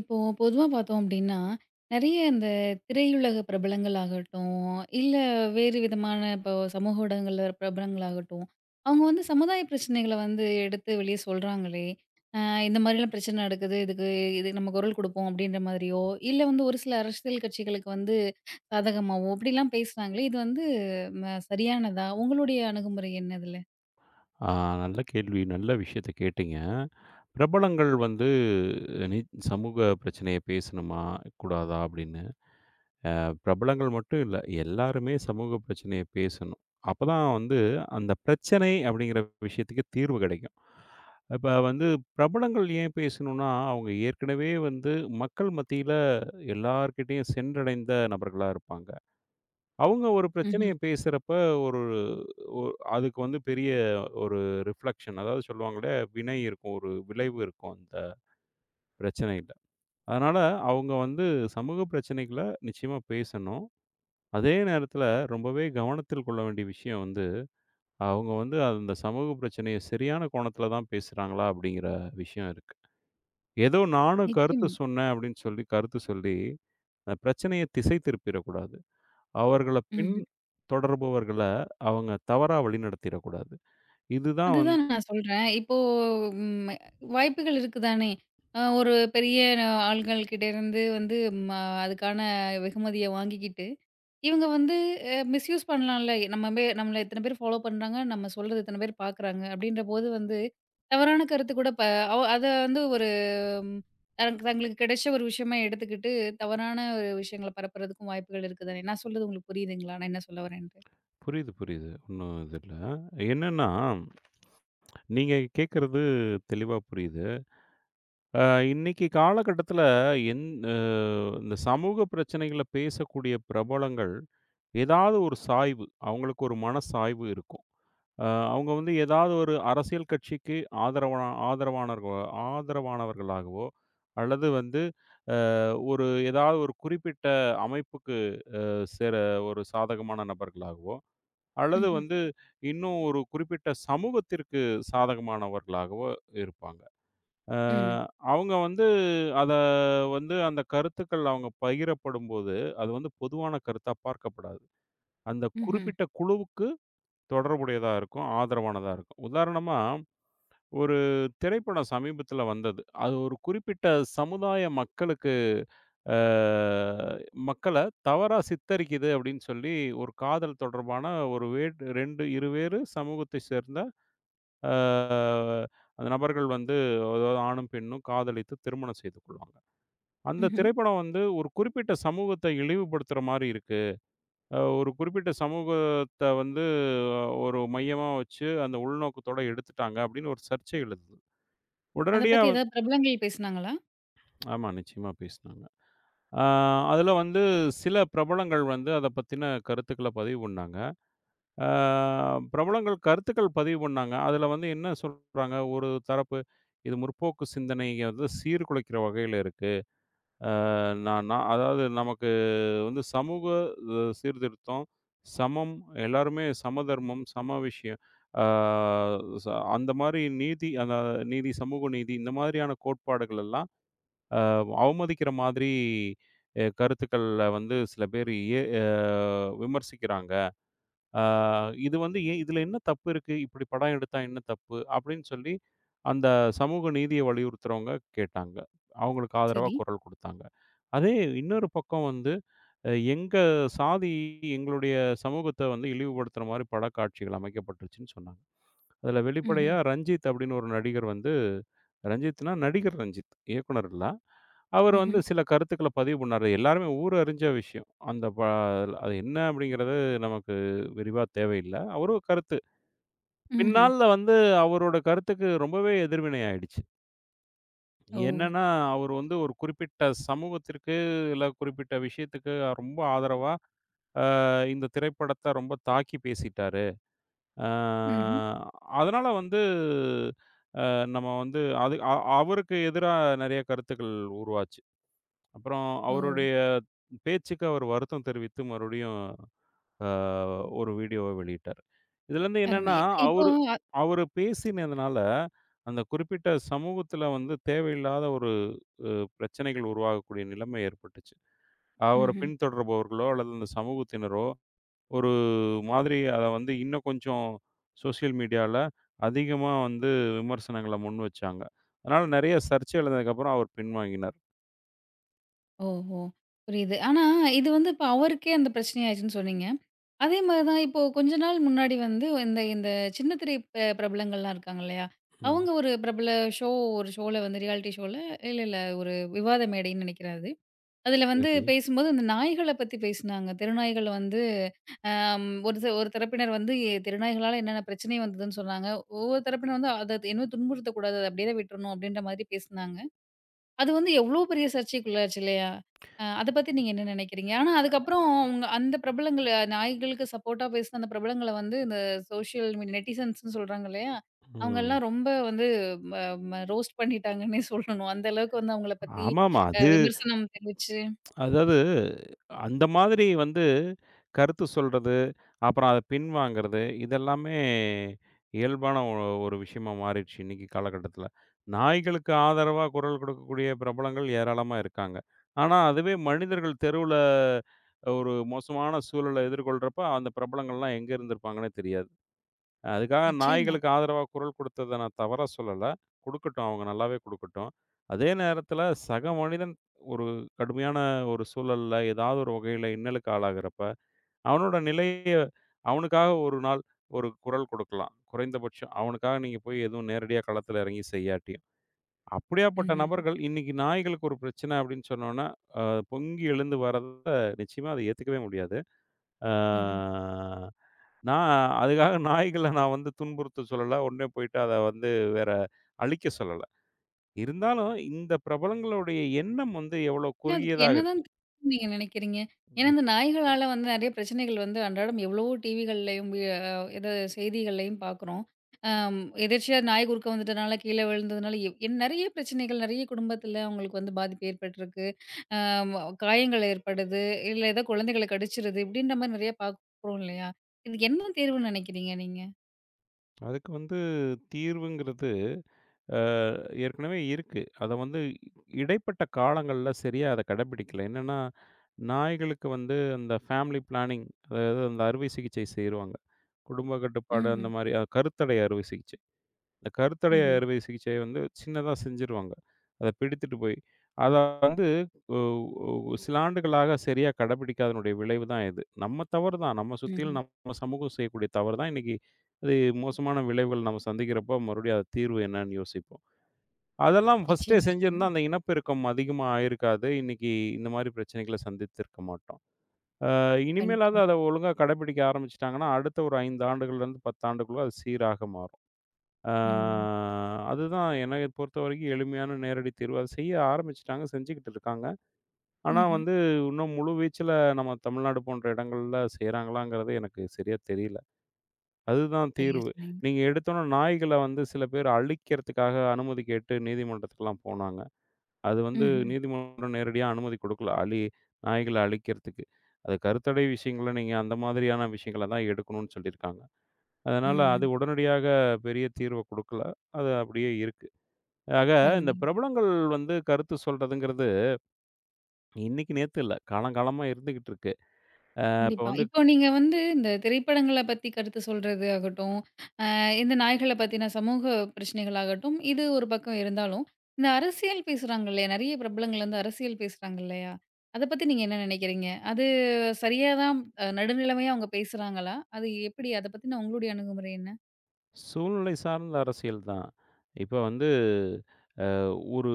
இப்போ பொதுவா பார்த்தோம் அப்படின்னா, நெறைய இந்த திரையுலக பிரபலங்கள் ஆகட்டும், இல்ல வேறு விதமான இப்போ சமூக ஊடகங்கள்ல பிரபலங்கள் ஆகட்டும், அவங்க வந்து சமுதாய பிரச்சனைகள வந்து எடுத்து வெளிய சொல்றாங்களே, அ இந்த மாதிரிலாம் பிரச்சனை நடக்குது. இதுக்கு இதுக்கு நம்ம குரல் குடுப்போம் அப்படின்ற மாதிரியோ, இல்ல வந்து ஒரு சில அரசியல் கட்சிகளுக்கு வந்து சாதகமாவோ, இப்படிலாம் பேசுறாங்களே, இது வந்து சரியானதா? உங்களுடைய அணுகுமுறை என்ன இதுல? ஆ நல்ல கேள்வி. நல்ல விஷயத்த கேட்டீங்க. பிரபலங்கள் வந்து நி சமூக பிரச்சனைய பேசணுமா? கூடாதா? அப்படின்னு. பிரபலங்கள் மட்டும் இல்ல. எல்லாருமே சமூக பிரச்சனைய பேசணும். அப்பதான் வந்து அந்த பிரச்சனை அப்படிங்கிற விஷயத்துக்கு தீர்வு கிடைக்கும். இப்ப வந்து பிரபலங்கள் ஏன் பேசணும்னா, அவங்க ஏற்கனவே வந்து மக்கள் மத்தியில எல்லார்கிட்டயும் சென்றடைந்த நபர்களா இருப்பாங்க. அவங்க ஒரு ம்ஹ்ம். பிரச்சனைய பேசுறப்ப ஒரு ஒ அதுக்கு வந்து பெரிய ஒரு ரிஃப்ளெக்ஷன், அதாவது சொல்லுவாங்கல்ல, வினை இருக்கும். ஒரு விளைவு இருக்கும் அந்த பிரச்சனையில. அதனால அவங்க வந்து சமூக பிரச்சனைகள நிச்சயமா பேசணும். அதே நேரத்தில ரொம்பவே கவனத்தில் கொள்ள வேண்டிய விஷயம் வந்து, அவங்க வந்து அந்த சமூக பிரச்சனைய சரியான கோணத்தில தான் பேசுறாங்களா? அப்படிங்கிற விஷயம் இருக்கு. ஏதோ நானும் கருத்து நிச்சயமா. சொன்னேன் அப்படின்னு சொல்லி கருத்து சொல்லி, அந்த பிரச்சனைய திசை திருப்பிறக்கூடாது. அவர்கள பின் ம்ஹ்ம். தொடர்பவர்கள அவங்க தவறா வழிநடத்திறக்கூடாது. இதுதான் வந்து அதுதான் நான் சொல்றேன். இப்போ ம் வாய்ப்புகள் இருக்கு தானே! ஒரு பெரிய ஆள்கள் கிட்ட இருந்து வந்து ம அதுக்கான வெகுமதிய வாங்கிக்கிட்டு, இவங்க வந்து மிஸ்யூஸ் பண்ணலாம்ல. நம்மள இத்தன பேர் ஃபாலோ பண்றாங்க. நம்ம சொல்றது இத்தன பேர் பார்க்குறாங்க. அப்படின்றபோது வந்து தவறான கருத்து கூட அத வந்து ஒரு தங்களுக்கு கிடைச்ச ஒரு விஷயமா எடுத்துக்கிட்டு, தவறான ஒரு விஷயங்கள பரப்புறதுக்கும் வாய்ப்புகள் இருக்கு தானே! நான் சொல்றது உங்களுக்கு புரியுதுங்களா? நான் என்ன சொல்ல வரேன்ட்டு? புரியுது, புரியுது. ஒண்ணும் இது இல்ல. என்னன்னா, நீங்க கேட்கறது தெளிவா புரியுது. அ இன்னைக்கு காலகட்டத்தில என் அ இந்த சமூக பிரச்சனைகள பேசக்கூடிய பிரபலங்கள், ஏதாவது ஒரு சாய்வு, அவங்களுக்கு ஒரு மனசாய்வு இருக்கும். அ அவங்க வந்து ஏதாவது ஒரு அரசியல் கட்சிக்கு ஆதரவா ஆதரவானர்க ஆதரவானவர்களாகவோ, அல்லது வந்து ஒரு ஏதாவது ஒரு குறிப்பிட்ட அமைப்புக்கு சேர ஒரு சாதகமான நபர்களாகவோ, அல்லது ம்ஹ்ம். வந்து இன்னும் ஒரு குறிப்பிட்ட சமூகத்திற்கு சாதகமானவர்களாகவோ இருப்பாங்க. அ ம். அவங்க வந்து அத வந்து அந்த கருத்துக்கள் அவங்க பகிரப்படும்போது, அது வந்து பொதுவான கருத்தா பார்க்கப்படாது. அந்த ம்ஹ்ம். குறிப்பிட்ட குழுவுக்கு தொடர்புடையதா இருக்கும், ஆதரவானதா இருக்கும். உதாரணமா, ஒரு திரைப்படம் சமீபத்தில வந்தது. அது ஒரு குறிப்பிட்ட சமுதாய மக்களுக்கு அ மக்கள தவறா சித்தரிக்குது அப்படின்னு சொல்லி, ஒரு காதல் தொடர்பான ஒரு வேட் 2 இருவேறு சமூகத்தை சேர்ந்த அ அந்த நபர்கள் வந்து அதாவது ஆணும், பெண்ணும் காதலித்து திருமணம் செய்து கொள்வாங்க. அந்த ம்ஹ்ம். திரைப்படம் வந்து ஒரு குறிப்பிட்ட சமூகத்தை இழிவுபடுத்துற மாரி இருக்கு. ஒரு குறிப்பிட்ட சமூகத்த வந்து ஒரு மையமா வச்சு அந்த உள்நோக்கத்தோட எடுத்துட்டாங்க அப்படின்னு ஒரு சர்ச்சை எழுது. அத உடனடியா பத்தி வந் ஏதாவது பிரபலங்கள் பேசுனாங்களா? ஆமா நிச்சயமா பேசினாங்க. ஆ, அதுல வந்து சில பிரபலங்கள் வந்து அத பத்தின கருத்துக்கள பதிவு பண்ணாங்க. ஆ, பிரபலங்கள் கருத்துக்கள் பதிவு பண்ணாங்க. அதுல வந்து என்ன சொல்றாங்க, ஒரு தரப்பு இது 'முற்போக்கு சிந்தனைய வந்து சீர்குலைக்கிற வகையில இருக்கு. அ நான் நான் அதாவது நமக்கு வந்து சமூக சீர்திருத்தம், சமம் எல்லாருமே சமதர்மம், சம விஷயம். ஆ ச அந்த மாரி நீதி அந்த நீதி, சமூக நீதி இந்த மாதிரியான கோட்பாடுகள் எல்லாம் அவமதிக்கிற மாதிரி கருத்துக்கள்ல வந்து சில பேர் ஏ அ விமர்சிக்கிறாங்க. ஆ இது வந்து ஏன் இதில என்ன தப்பு இருக்கு? இப்படி படம் எடுத்தா என்ன தப்பு? அப்படின்னு சொல்லி அந்த சமூக நீதிய வலியுறுத்துறவங்க கேட்டாங்க. அவங்களுக்கு ஆதரவா சரி. குரல் குடுத்தாங்க. அதே இன்னொரு பக்கம் வந்து எங்க சாதி எங்களுடைய சமூகத்த வந்து இழிவுபடுத்துற மாரி படக்காட்சிகள் அமைக்கப்பட்டுருச்சுன்னு சொன்னாங்க. அதில வெளிப்படையா ம்ஹ்ம். ரஞ்சித் அப்படின்னு ஒரு நடிகர் வந்து ரஞ்சித்னா நடிகர் ரஞ்சித். இயக்குனர் இல்ல. அவர் வந்து ம்ஹ்ம். சில கருத்துக்கள பதிவு பண்ணாரு. எல்லாருமே ஊர் அறிஞ்ச விஷயம். அந்த ப அது என்ன அப்படிங்கிறது நமக்கு விரிவா தேவையில்ல. அவரு கருத்து. ம்ஹ்ம். பின்னாள்ல வந்து அவரோட கருத்துக்கு ரொம்பவே எதிர்வினை ஆயிடுச்சு. ஓ! என்னன்னா, அவர் வந்து ஒரு குறிப்பிட்ட சமூகத்திற்கு, இல்ல குறிப்பிட்ட விஷயத்துக்கு ரொம்ப ஆதரவா, அ இந்த திரைப்படத்த ரொம்ப தாக்கி பேசிட்டாரு. அ ம்ஹ்ம். அதனால வந்து நம்ம வந்து அது அ அவருக்கு எதிரா நெறைய கருத்துக்கள் உருவாச்சு. அப்புறம் ஓ! அவருடைய பேச்சுக்கு அவர் வருத்தம் தெரிவித்து மறுபடியும் அ ஒரு வீடியோவ வெளியிட்டார். இதுலருந்து அருமை. என்னன்னா, ம். இப்போ அவரு அ அவரு பேசினதுனால, அந்த குறிப்பிட்ட சமூகத்தில வந்து தேவையில்லாத ஒரு அ பிரச்சனைகள் உருவாகக்கூடிய நிலைமை ஏற்பட்டுச்சு. அவர ம்ஹ்ம். பின்தொடர்பவர்களோ அல்லது அந்த சமூகத்தினரோ ஒரு மாதிரி அத வந்து இன்னும் கொஞ்சம் சோசியல் மீடியால அதிகமா வந்து விமர்சனங்கள முன் வச்சாங்க. அதனால நெறைய சர்ச்சை எழுந்ததுக்கப்புறம் அவர் பின்வாங்கினார். ஓ! ஓ! புரியுது. ஆனா, இது வந்து இப்ப அவருக்கே அந்த பிரச்சனையாச்சுன்னு சொன்னீங்க. அதே மாரி தான் இப்போ கொஞ்ச நாள் முன்னாடி வந்து இந்த இந்த சின்ன திரை பிரபலங்கள்லாம் இருக்காங்க இல்லையா? ம். அவங்க ஒரு பிரபல ஷோ ஒரு ஷோல வந்து ரியாலிட்டி ஷோல இல்ல, இல்ல ஒரு விவாத மேடைன்னு நெனைக்கிறேன் அது. அதில வந்து சரி. பேசும்போது அந்த நாய்கள பத்தி பேசினாங்க. தெருநாய்கள் வந்து ஒரு ஒரு தரப்பினர் வந்து தெருநாய்களால என்னென்ன பிரச்சனை வந்ததுன்னு சொன்னாங்க. ஒவ்வொரு தரப்பினர் வந்து அத இன்னும் துன்புறுத்தக்கூடாது. அத அப்படியே தான் விட்டுறணும் அப்படின்ற மாதிரி பேசினாங்க. அது வந்து எவ்வளோ பெரிய சர்ச்சைக்குள்ளாச்சு இல்லையா? அத பத்தி நீங்க என்ன நினைக்கிறீங்க? ஆனா அதுக்கப்புறம் அவங்க அந்த பிரபலங்கள் நாய்களுக்கு சப்போர்ட்டா பேசின அந்த பிரபலங்கள வந்து இந்த சோஷியல் மீடியா நெட்டிசன்ஸ்ன்னு சொல்றாங்க இல்லையா? ம். அவங்கலாம் ரொம்ப வந்து ம ம ரோஸ்ட் பண்ணிட்டாங்கன்னே சொல்லணும். அந்த அளவுக்கு வந்து அவங்கள பத்தி ஆமாமா. விமர்சனம் தெரிவிச்சு அதாவது, அந்த மாதிரி வந்து கருத்து சொல்றது, அப்புறம் அத பின்வாங்குறது, இதெல்லாமே இயல்பான ஒரு விஷயமா மாறிடுச்சு இன்னைக்கு காலகட்டத்தில. நாய்களுக்கு ஆதரவா குரல் கொடுக்கக்கூடிய பிரபலங்கள் ஏராளமா இருக்காங்க. ஆனா, அதுவே மனிதர்கள் தெருவுல ஒரு மோசமான சூழல எதிர்கொள்றப்ப, அந்த பிரபலங்கள்லாம் எங்க இருந்திருப்பாங்கன்னே தெரியாது. அதுக்காக நிச்சயமா. நாய்களுக்கு ஆதரவா குரல் கொடுத்தத நான் தவறா சொல்லல. குடுக்கட்டும். அவங்க நல்லாவே குடுக்கட்டும். அதே நேரத்தில சக மனிதன் ஒரு கடுமையான ஒரு சூழல்ல, ஏதாவது ஒரு வகையில இன்னலுக்கு ஆளாகிறப்ப, அவனோட நிலைய அவனுக்காக ஒரு நாள் ஒரு குரல் கொடுக்கலாம். குறைந்தபட்சம் அவனுக்காக நீங்க போய் எதுவும் நேரடியா களத்தில இறங்கி செய்யாட்டியும். அப்படியாப்பட்ட ம்ஹ்ம். நபர்கள் இன்னைக்கு நாய்களுக்கு ஒரு பிரச்சனை அப்படின்னு சொன்னோம்னா, அ பொங்கி எழுந்து வர்றத நிச்சயமா அத ஏத்துக்கவே முடியாது. ஆ ம்ஹ்ம். நான் அதுக்காக நாய்கள நான் வந்து துன்புறுத்த சொல்லல. உடனே போயிட்டு அத வந்து வேற அழிக்க சொல்லல. இருந்தாலும் இந்த பிரபலங்களுடைய எண்ணம் வந்து எவ்வளோ இல்ல அதுக்கு குறுகியதாக என்னதான் இருக்கு. தீர்வுன்னு நீங்க நினைக்கிறீங்க? ஏன்னா இந்த நாய்களால வந்து நெறைய பிரச்சனைகள் வந்து அன்றாடம் எவ்வளவோ டிவிகள்லயும், வி அ எதோ செய்திகள்லயும் பார்க்குறோம். அம் எதேர்ச்சியா நாய் குறுக்க வந்துட்டனால, கீழ விழுந்ததுனால எ என் நெறைய பிரச்சனைகள், நெறைய குடும்பத்தில அவங்களுக்கு வந்து பாதிப்பு ஏற்பட்டிருக்கு. அம் காயங்கள் ஏற்படுது, இல்ல ஏதோ குழந்தைகள கடிச்சிருது, இப்படின்ற மாரி நெறைய பார்க்குறோம் இல்லையா? இதுக்கு என்ன தீர்வுன்னு நினைக்கிறீங்க நீங்க? அதுக்கு வந்து தீர்வுங்கிறது அ ஏற்கனவே இருக்கு. அத வந்து இடைப்பட்ட காலங்கள்ல சரியா அத கடைபிடிக்கல. என்னன்னா, நாய்களுக்கு வந்து அந்த ஃபேமிலி பிளானிங், அதாவது அந்த அறுவை சிகிச்சை செய்ருவாங்க. குடும்ப கட்டுப்பாடு ம்ஹ்ம். அந்த மாரி கருத்தடை அறுவை சிகிச்சை. இந்த கருத்தடை ம்ஹ்ம். அறுவை சிகிச்சை வந்து சின்னதா செஞ்சுருவாங்க. அத பிடித்துட்டு போய். அத வந்து ஒ ஒ சில ஆண்டுகளாக சரியா கடைபிடிக்காதனுடைய விளைவு தான் இது. நம்ம தவறு தான். நம்ம ம்ஹ்ம். சுத்திலும் நம்ம சமூகம் செய்யக்கூடிய தவறு தான். இன்னைக்கு அது மோசமான விளைவுகள் நம்ம சந்திக்கிறப்போ, மறுபடியும் அது தீர்வு என்னன்னு யோசிப்போம். அதெல்லாம் ஃபர்ஸ்ட்டே நிச்சயமா, செஞ்சிருந்தா, நிச்சயமா. அந்த இனப்பெருக்கம் அதிகமா ஆயிருக்காது. இன்னைக்கு இந்த மாரி பிரச்சனைகள சந்தித்திருக்க மாட்டோம். கண்டிப்பா. இனிமேலாவது அத ஒழுங்கா கடைபிடிக்க ஆரம்பிச்சுட்டாங்கன்னா, அடுத்த ஒரு 5 ஆண்டுகள்லேருந்து 10 ஆண்டுக்குள்ள அது சீராக மாறும். ஆ ம். அதுதான் என்னைய பொறுத்தவரைக்கும் எளிமையான நேரடி தீர்வு. அத செய்ய ஆரம்பிச்சுட்டாங்க, செஞ்சுக்கிட்டு இருக்காங்க. ஆனா ம்ஹ்ம். வந்து இன்னும் முழு வீச்சுல நம்ம தமிழ்நாடு போன்ற இடங்கள்ல செய்றாங்களாங்கிறது எனக்கு சரியா தெரியல. அதுதான் சரியா தீர்வு. சொன்னீங்க. நீங்க எடுத்தோனே நாய்கள வந்து சில பேர் அழிக்கிறதுக்காக அனுமதி கேட்டு நீதிமன்றத்துக்குலாம் போனாங்க. அது வந்து ம்ஹ்ம். நீதிமன்றம் நேரடியா அனுமதி குடுக்கல. நாய்கள அழிக்கிறதுக்கு. அது கருத்தடை விஷயங்கள நீங்க அந்த மாதிரியான விஷயங்கள தான் எடுக்கணும்னு சொல்லியிருக்காங்க. அதனால அது ம். உடனடியாக பெரிய தீர்வ குடுக்கல. அது அப்படியே இருக்கு. ஆக, இந்த அருமை. பிரபலங்கள் வந்து கருத்து சொல்றதுங்கிறது, இன்னைக்கு நேத்து இல்ல. காலங்காலமா இருந்துகிட்டு இருக்கு. இப்ப கண்டிப்பா. வந்து இப்போ நீங்க வந்து இந்த திரைப்படங்கள பத்தி கருத்து சொல்றது ஆகட்டும், இந்த நாய்கள பத்தின சமூக பிரச்சனைகள் ஆகட்டும், இது ஒரு பக்கம் இருந்தாலும், இந்த அரசியல் பேசுறாங்க இல்லையா? நெறைய பிரபலங்கள் வந்து அரசியல் பேசுறாங்க இல்லையா? அத பத்தி நீங்க என்ன நெனைக்கிறீங்க? அது சரியா தான் நடுநிலைமையா அவங்க பேசுறாங்களா? அது எப்படி? அத பத்தின உங்களுடைய அணுகுமுறை என்ன? சூழ்நிலை சார்ந்த அரசியல் தான். இப்ப வந்து அ ஒரு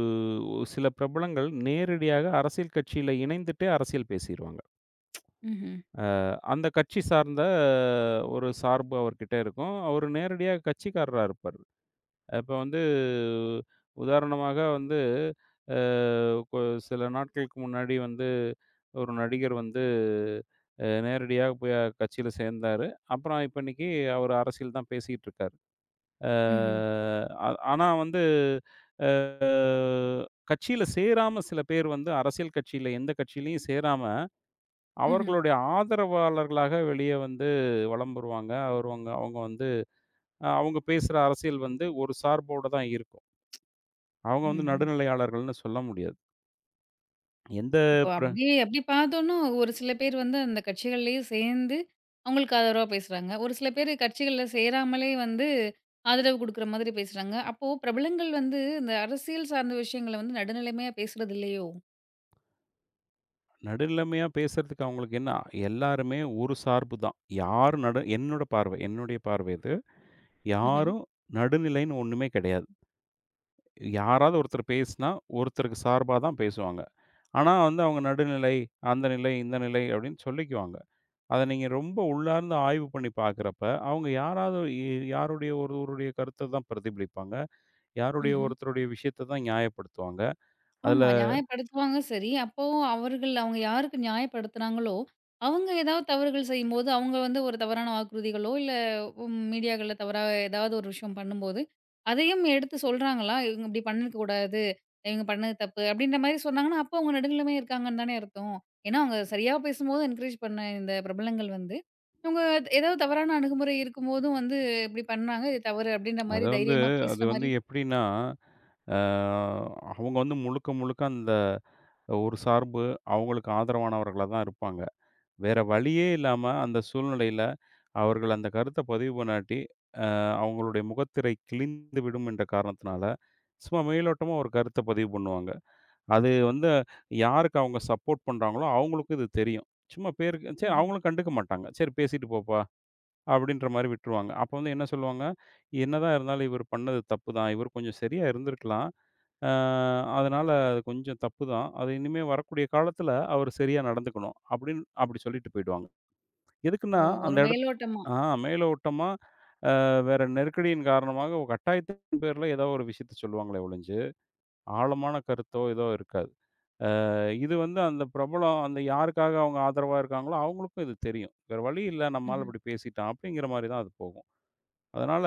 ஒரு சில பிரபலங்கள் நேரடியாக அரசியல் கட்சியில இணைந்துட்டே அரசியல் பேசிருவாங்க. ம்ஹ்ம். அந்த கட்சி சார்ந்த ஒரு சார்பு அவர்கிட்ட இருக்கும். அவரு நேரடியா கட்சிக்காரரா இருப்பாரு. அப்ப வந்து உதாரணமாக வந்து அ கொ சில நாட்களுக்கு முன்னாடி வந்து ஒரு நடிகர் வந்து நேரடியா போய் கட்சியில சேர்ந்தாரு. அப்புறம் இப்ப இன்னைக்கு அவர் அரசியல் தான் பேசிக்கிட்டு இருக்காரு. அ ம்ஹ்ம். அ ஆனா வந்து அ கட்சியில சேராம சில பேர் வந்து அரசியல் கட்சியில எந்த கட்சியிலயும் சேராம, ம்ஹ்ம். அவர்களுடைய ஆதரவாளர்களாக வெளிய வந்து வலம் வருவாங்க. அவருவங்க அவங்க அவங்க வந்து அவங்க பேசுற அரசியல் வந்து ஒரு சார்போட தான் இருக்கும். அவங்க வந்து ம்ஹ்ம். நடுநிலையாளர்கள்ன்னு சொல்ல முடியாது. எந்த இப்போ பிர அப்படியே அப்படி பார்த்தோம்னா, ஒரு சில பேர் வந்து அந்த கட்சிகள்லயே சேர்ந்து அவங்களுக்கு ஆதரவா பேசுறாங்க. ஒரு சில பேர் கட்சிகள்ல சேராமலே வந்து ஆதரவு குடுக்குற மாதிரி பேசுறாங்க. அப்போ பிரபலங்கள் வந்து இந்த அரசியல் சார்ந்த விஷயங்கள வந்து நடுநிலைமையா பேசுறது இல்லையோ? நடுநிலைமையா பேசுறதுக்கு அவங்களுக்கு என்ன, எல்லாருமே ஒரு சார்பு தான். யாரும் நடு என்னோட பார்வை, என்னுடைய பார்வை இது. ம்ஹ்ம். யாரும் நடுநிலைன்னு ஒண்ணுமே கிடையாது. யாராவது ஒருத்தர் பேசினா, ஒருத்தருக்கு சார்பா தான் பேசுவாங்க. ஆனா வந்து அவங்க நடுநிலை, அந்த நிலை, இந்த நிலை அப்படின்னு சொல்லிக்குவாங்க. அத நீங்க ரொம்ப உள்ளார்ந்து ஆய்வு பண்ணி பார்க்கிறப்ப, அவங்க யாராவது யாருடைய ஒருவருடைய கருத்த தான் பிரதிபலிப்பாங்க. யாருடைய ம்ஹ்ம். ஒருத்தருடைய விஷயத்த தான் நியாயப்படுத்துவாங்க. அதுல ஆமா. நியாயப்படுத்துவாங்க சரி. அப்பவும் அவங்க யாருக்கு நியாயப்படுத்துனாங்களோ, அவங்க ஏதாவது தவறுகள் செய்யும்போது, அவங்க வந்து ஒரு தவறான வாக்குறுதிகளோ, இல்ல மீடியாக்கள்ல தவறா ஏதாவது ஒரு விஷயம் பண்ணும்போது, அதையும் எடுத்து சொல்றாங்களா? இவங்க இப்படி பண்ணிருக்கக்கூடாது. இவங்க பண்ணது தப்பு. அப்படின்ற மாரி சொன்னாங்கன்னா, அப்போ அவங்க நடுநிலைமையா இருக்காங்கன்னு தானே அர்த்தம். ஏன்னா, அவங்க சரியா பேசும்போது என்கரேஜ் பண்ண இந்த பிரபலங்கள் வந்து, இவங்க ஏதாவது தவறான அணுகுமுறை இருக்கும்போதும் வந்து இப்படி பண்ணாங்க. இது தவறு அப்படின்ற மாரி அது வந்து தைரியமா பேசுற அது மாரி வந்து எப்படின்னா, அ அவங்க வந்து முழுக்க, முழுக்க அந்த ஒரு சார்பு அவங்களுக்கு ஆதரவானவர்களா தான் இருப்பாங்க. வேற வழியே இல்லாம அந்த சூழ்நிலையில அவர்கள் அந்த கருத்த பதிவு பண்ணாட்டி, அவங்களுடைய முகத்திரை கிழிந்து விடும் என்ற காரணத்தினால, சும்மா மேலோட்டமா ஒரு கருத்த பதிவு பண்ணுவாங்க. அது வந்து யாருக்கு அவங்க சப்போர்ட் பண்றாங்களோ, அவங்களுக்கும் இது தெரியும். சும்மா பேருக்கு சரி ம்ஹ்ம். அவங்களும் கண்டுக்க மாட்டாங்க. சரி பேசிட்டு போப்பா. அப்படின்ற மாரி விட்டுருவாங்க. அப்போ வந்து என்ன சொல்லுவாங்க, "என்னதான் இருந்தாலும் இவர் பண்ணது தப்பு தான். இவர் கொஞ்சம் சரியா இருந்திருக்கலாம். அ அதனால அது கொஞ்சம் தப்பு தான். அது இனிமே வரக்கூடிய காலத்தில அவர் சரியா நடந்துக்கணும்." அப்படின்னு அப்படி சொல்லிட்டு போயிடுவாங்க. ஓ! எதுக்குன்னா, ஒரு அந்த இடத் மேலோட்டமா. ஆ மேலோட்டமா வேற நெருக்கடியின் காரணமாக ஒரு கட்டாயத்தின் பேர்ல ஏதோ ஒரு விஷயத்த சொல்லுவாங்களே ஒழிஞ்சு, ஆழமான கருத்தோ ஏதோ இருக்காது. இது வந்து அந்த பிரபலம் அந்த யாருக்காக அவங்க ஆதரவா இருக்காங்களோ, அவங்களுக்கும் இது தெரியும். வேற வழி இல்ல நம்மால் ம்ஹ்ம். இப்படி பேசிட்டான் அப்படிங்கிற மாரி தான் அது போகும். அதனால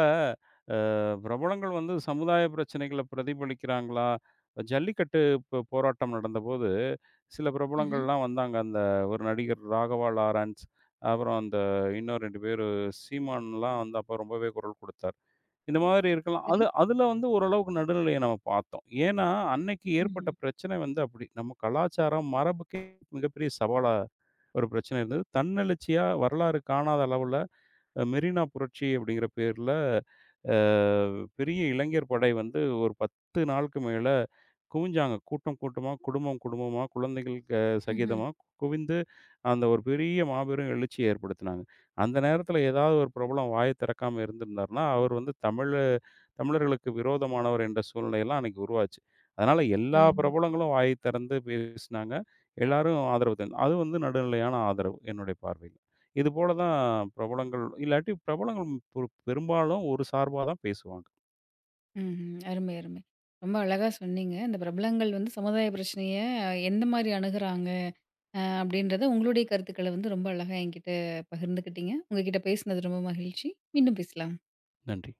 பிரபலங்கள் வந்து சமுதாய பிரச்சனைகள பிரதிபலிக்கிறாங்களா? ஜல்லிக்கட்டு போராட்டம் நடந்தபோது, சில ம்ஹ்ம். பிரபலங்கள்லாம் வந்தாங்க. அந்த ஒரு நடிகர் ராகவா லாரன்ஸ், அப்புறம் அந்த இன்னும் 2 பேரு சீமான்லாம் வந்து அப்ப ரொம்பவே குரல் குடுத்தார். இந்த மாதிரி இருக்கலாம். சரி. அது அதுல வந்து ஓரளவுக்கு நடுநிலைய நம்ம பார்த்தோம். ஏன்னா, அன்னைக்கு ம்ஹ்ம். ஏற்பட்ட பிரச்சனை வந்து அப்படி. நம்ம கலாச்சாரம், மரபுக்கே மிகப்பெரிய சவாலா ஒரு பிரச்சனை இருந்தது. தன்னெழுச்சியா வரலாறு காணாத அளவுல மெரினா புரட்சி அப்படிங்கிற பேர்ல அ பெரிய இளைஞர் படை வந்து ஒரு 10 நாளுக்கு மேல குவிஞ்சாங்க. கூட்டம் கூட்டமா, குடும்பம் குடும்பமா, குழந்தைகள் க ம்ஹ்ம். சகிதமா குவிந்து அந்த ஒரு பெரிய மாபெரும் எழுச்சியை ஏற்படுத்தினாங்க. அந்த நேரத்தில ஏதாவது ஒரு பிரபலம் வாய திறக்காம இருந்திருந்தாருன்னா, அவர் வந்து தமிழர்களுக்கு விரோதமானவர் என்ற சூழ்நிலையெல்லாம் அன்னைக்கு உருவாச்சு. அதனால எல்லா ம்ஹ்ம். பிரபலங்களும் வாய் திறந்து பேசினாங்க. எல்லாரும் ஆதரவு தந் அது வந்து நடுநிலையான ஆதரவு என்னுடைய பார்வையில. இது போல தான் பிரபலங்கள் இல்லாட்டி பிரபலங்கள் பெ பெரும்பாலும் ஒரு சார்பா தான் பேசுவாங்க. ம்ஹ்ம். அருமை, அருமை. ரொம்ப அழகா சொன்னீங்க. இந்த பிரபலங்கள் வந்து சமுதாய பிரச்சனைய எந்த மாரி அணுகுறாங்க? அப்படின்றத உங்களுடைய கருத்துக்கள வந்து ரொம்ப அழகா என்கிட்ட பகிர்ந்துக்கிட்டீங்க. உங்ககிட்ட பேசினது ரொம்ப மகிழ்ச்சி. மீண்டும் பேசலாம். நன்றி.